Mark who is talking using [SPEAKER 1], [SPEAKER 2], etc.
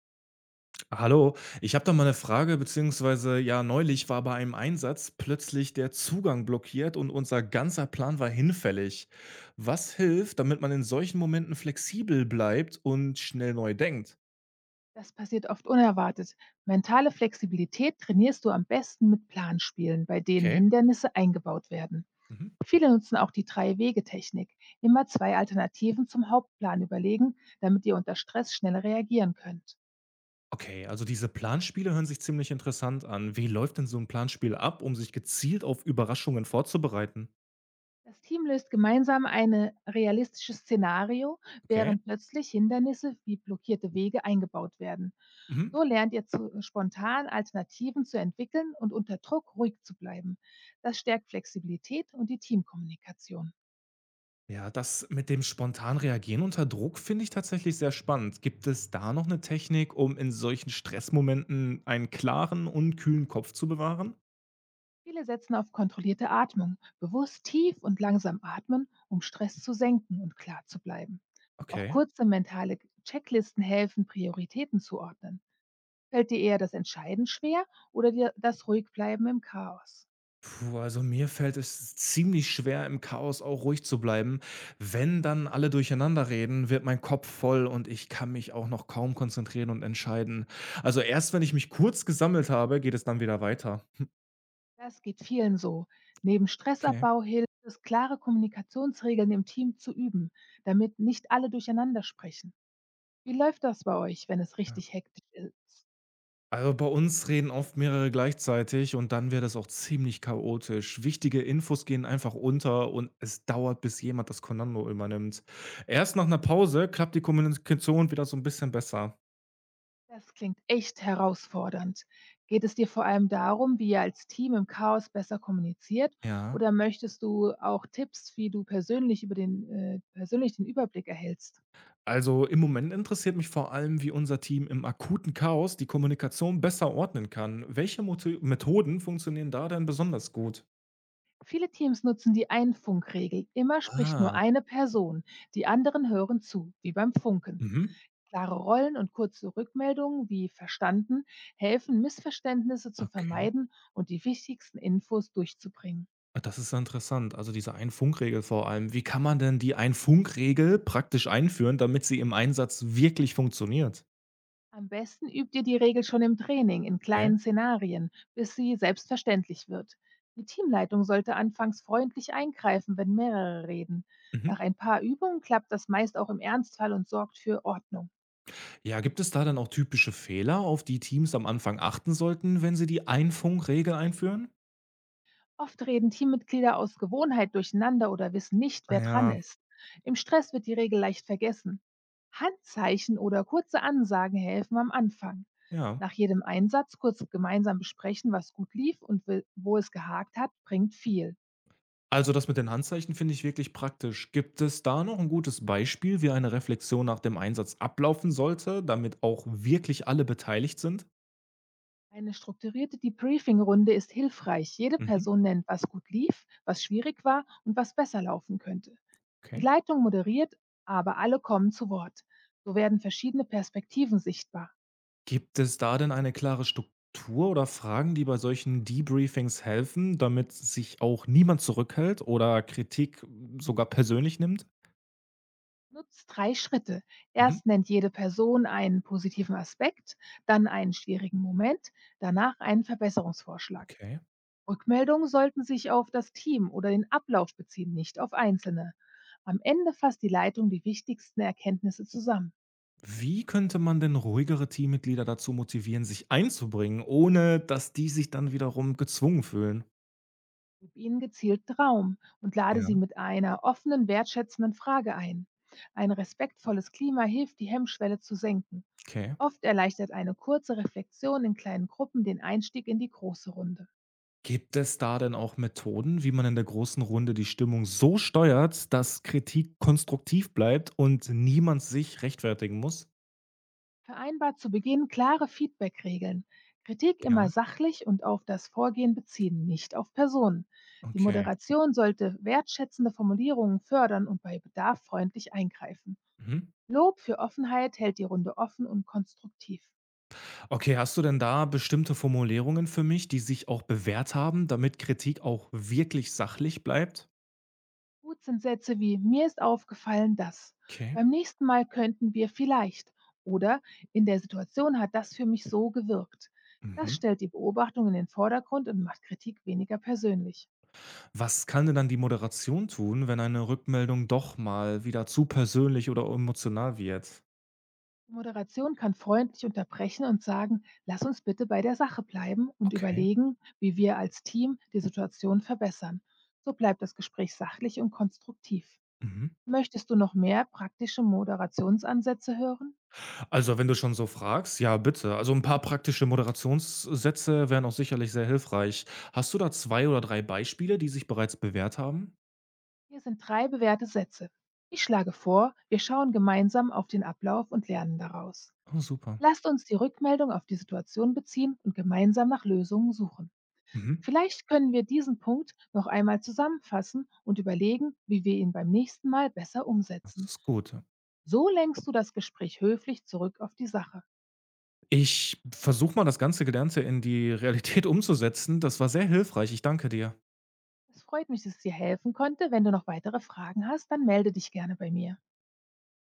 [SPEAKER 1] Hallo, ich habe da mal eine Frage, beziehungsweise ja, neulich war bei einem Einsatz plötzlich der Zugang blockiert und unser ganzer Plan war hinfällig. Was hilft, damit man in solchen Momenten flexibel bleibt und schnell neu denkt?
[SPEAKER 2] Das passiert oft unerwartet. Mentale Flexibilität trainierst du am besten mit Planspielen, bei denen
[SPEAKER 1] Okay.
[SPEAKER 2] Hindernisse eingebaut werden.
[SPEAKER 1] Mhm.
[SPEAKER 2] Viele nutzen auch die Drei-Wege-Technik. Immer zwei Alternativen zum Hauptplan überlegen, damit ihr unter Stress schnell reagieren könnt.
[SPEAKER 1] Okay, also diese Planspiele hören sich ziemlich interessant an. Wie läuft denn so ein Planspiel ab, um sich gezielt auf Überraschungen vorzubereiten?
[SPEAKER 2] Das Team löst gemeinsam ein realistisches Szenario,
[SPEAKER 1] Okay.
[SPEAKER 2] während plötzlich Hindernisse wie blockierte Wege eingebaut werden.
[SPEAKER 1] Mhm.
[SPEAKER 2] So lernt ihr zu spontan Alternativen zu entwickeln und unter Druck ruhig zu bleiben. Das stärkt Flexibilität und die Teamkommunikation.
[SPEAKER 1] Ja, das mit dem spontan reagieren unter Druck finde ich tatsächlich sehr spannend. Gibt es da noch eine Technik, um in solchen Stressmomenten einen klaren und kühlen Kopf zu bewahren?
[SPEAKER 2] Viele setzen auf kontrollierte Atmung, bewusst tief und langsam atmen, um Stress zu senken und klar zu bleiben. Auch
[SPEAKER 1] Okay.
[SPEAKER 2] kurze mentale Checklisten helfen, Prioritäten zu ordnen. Fällt dir eher das Entscheiden schwer oder dir das Ruhigbleiben im Chaos?
[SPEAKER 1] Puh, also mir fällt es ziemlich schwer, im Chaos auch ruhig zu bleiben. Wenn dann alle durcheinander reden, wird mein Kopf voll und ich kann mich auch noch kaum konzentrieren und entscheiden. Also erst wenn ich mich kurz gesammelt habe, geht es dann wieder weiter.
[SPEAKER 2] Das geht vielen so. Neben
[SPEAKER 1] Okay.
[SPEAKER 2] Stressabbau hilft es, klare Kommunikationsregeln im Team zu üben, damit nicht alle durcheinander sprechen. Wie läuft das bei euch, wenn es
[SPEAKER 1] Ja.
[SPEAKER 2] richtig hektisch ist?
[SPEAKER 1] Also, bei uns reden oft mehrere gleichzeitig und dann wird es auch ziemlich chaotisch. Wichtige Infos gehen einfach unter und es dauert, bis jemand das Kommando übernimmt. Erst nach einer Pause klappt die Kommunikation wieder so ein bisschen besser.
[SPEAKER 2] Das klingt echt herausfordernd. Geht es dir vor allem darum, wie ihr als Team im Chaos besser kommuniziert,
[SPEAKER 1] Ja.
[SPEAKER 2] oder möchtest du auch Tipps, wie du persönlich über den persönlich den Überblick erhältst?
[SPEAKER 1] Also, im Moment interessiert mich vor allem, wie unser Team im akuten Chaos die Kommunikation besser ordnen kann. Welche Motö Methoden funktionieren da denn besonders gut?
[SPEAKER 2] Viele Teams nutzen die Ein-Funk-Regel. Immer spricht nur
[SPEAKER 1] Ah.
[SPEAKER 2] eine Person. Die anderen hören zu, wie beim Funken.
[SPEAKER 1] Mhm.
[SPEAKER 2] Klare Rollen und kurze Rückmeldungen wie verstanden helfen, Missverständnisse zu
[SPEAKER 1] Okay.
[SPEAKER 2] vermeiden und die wichtigsten Infos durchzubringen.
[SPEAKER 1] Ah, das ist ja interessant. Also, diese Ein-Funk-Regel vor allem. Wie kann man denn die Ein-Funk-Regel praktisch einführen, damit sie im Einsatz wirklich funktioniert?
[SPEAKER 2] Am besten übt ihr die Regel schon im Training in
[SPEAKER 1] Okay.
[SPEAKER 2] kleinen Szenarien, bis sie selbstverständlich wird. Die Teamleitung sollte anfangs freundlich eingreifen, wenn mehrere reden. Nach
[SPEAKER 1] Mhm.
[SPEAKER 2] ein paar Übungen klappt das meist auch im Ernstfall und sorgt für Ordnung.
[SPEAKER 1] Ja, gibt es da dann auch typische Fehler, auf die Teams am Anfang achten sollten, wenn sie die Ein-Funk-Regel einführen?
[SPEAKER 2] Oft reden Teammitglieder aus Gewohnheit durcheinander oder wissen nicht, wer dran
[SPEAKER 1] Ja,
[SPEAKER 2] ist. Im Stress wird die Regel leicht vergessen. Handzeichen oder kurze Ansagen helfen am Anfang.
[SPEAKER 1] ja.
[SPEAKER 2] Nach jedem Einsatz kurz gemeinsam besprechen, was gut lief und wo es gehakt hat, bringt viel.
[SPEAKER 1] Also das mit den Handzeichen finde ich wirklich praktisch. Gibt es da noch ein gutes Beispiel, wie eine Reflexion nach dem Einsatz ablaufen sollte, damit auch wirklich alle beteiligt sind?
[SPEAKER 2] Eine strukturierte Debriefing-Runde ist hilfreich. Jede
[SPEAKER 1] Mhm.
[SPEAKER 2] Person nennt, was gut lief, was schwierig war und was besser laufen könnte. Die
[SPEAKER 1] Okay.
[SPEAKER 2] Leitung moderiert, aber alle kommen zu Wort. So werden verschiedene Perspektiven sichtbar.
[SPEAKER 1] Gibt es da denn eine klare Struktur oder Fragen, die bei solchen Debriefings helfen, damit sich auch niemand zurückhält oder Kritik sogar persönlich nimmt?
[SPEAKER 2] Nutzt drei Schritte.
[SPEAKER 1] Mhm.
[SPEAKER 2] Erst nennt jede Person einen positiven Aspekt, dann einen schwierigen Moment, danach einen Verbesserungsvorschlag.
[SPEAKER 1] Okay.
[SPEAKER 2] Rückmeldungen sollten sich auf das Team oder den Ablauf beziehen, nicht auf Einzelne. Am Ende fasst die Leitung die wichtigsten Erkenntnisse zusammen.
[SPEAKER 1] Wie könnte man denn ruhigere Teammitglieder dazu motivieren, sich einzubringen, ohne dass die sich dann wiederum gezwungen fühlen?
[SPEAKER 2] Gib ihnen gezielt Raum und lade sie
[SPEAKER 1] Ja.
[SPEAKER 2] mit einer offenen, wertschätzenden Frage ein. Ein respektvolles Klima hilft, die Hemmschwelle zu senken.
[SPEAKER 1] Okay.
[SPEAKER 2] Oft erleichtert eine kurze Reflexion in kleinen Gruppen den Einstieg in die große Runde.
[SPEAKER 1] Gibt es da denn auch Methoden, wie man in der großen Runde die Stimmung so steuert, dass Kritik konstruktiv bleibt und niemand sich rechtfertigen muss?
[SPEAKER 2] Vereinbart zu Beginn klare Feedback-Regeln. Kritik immer
[SPEAKER 1] Ja.
[SPEAKER 2] sachlich und auf das Vorgehen beziehen, nicht auf Personen. Die
[SPEAKER 1] Okay.
[SPEAKER 2] Moderation sollte wertschätzende Formulierungen fördern und bei Bedarf freundlich eingreifen.
[SPEAKER 1] Mhm.
[SPEAKER 2] Lob für Offenheit hält die Runde offen und konstruktiv.
[SPEAKER 1] Okay, hast du denn da bestimmte Formulierungen für mich, die sich auch bewährt haben, damit Kritik auch wirklich sachlich bleibt?
[SPEAKER 2] Gut sind Sätze wie „mir ist aufgefallen, dass",
[SPEAKER 1] Okay.
[SPEAKER 2] „beim nächsten Mal könnten wir vielleicht" oder „in der Situation hat das für mich so gewirkt". Das
[SPEAKER 1] Mhm.
[SPEAKER 2] stellt die Beobachtung in den Vordergrund und macht Kritik weniger persönlich.
[SPEAKER 1] Was kann denn dann die Moderation tun, wenn eine Rückmeldung doch mal wieder zu persönlich oder emotional wird?
[SPEAKER 2] Die Moderation kann freundlich unterbrechen und sagen: „Lass uns bitte bei der Sache bleiben und
[SPEAKER 1] Okay.
[SPEAKER 2] überlegen, wie wir als Team die Situation verbessern." So bleibt das Gespräch sachlich und konstruktiv.
[SPEAKER 1] Mhm.
[SPEAKER 2] Möchtest du noch mehr praktische Moderationsansätze hören?
[SPEAKER 1] Also, wenn du schon so fragst, ja, bitte. Also, ein paar praktische Moderationssätze wären auch sicherlich sehr hilfreich. Hast du da zwei oder drei Beispiele, die sich bereits bewährt haben?
[SPEAKER 2] Hier sind drei bewährte Sätze. „Ich schlage vor, wir schauen gemeinsam auf den Ablauf und lernen daraus."
[SPEAKER 1] Oh, super.
[SPEAKER 2] „Lasst uns die Rückmeldung auf die Situation beziehen und gemeinsam nach Lösungen suchen."
[SPEAKER 1] Mhm.
[SPEAKER 2] „Vielleicht können wir diesen Punkt noch einmal zusammenfassen und überlegen, wie wir ihn beim nächsten Mal besser
[SPEAKER 1] Das
[SPEAKER 2] umsetzen."
[SPEAKER 1] ist gut.
[SPEAKER 2] So lenkst du das Gespräch höflich zurück auf die Sache.
[SPEAKER 1] Ich versuche mal, das ganze Gelernte in die Realität umzusetzen. Das war sehr hilfreich. Ich danke dir.
[SPEAKER 2] Es freut mich, dass ich dir helfen konnte. Wenn du noch weitere Fragen hast, dann melde dich gerne bei mir.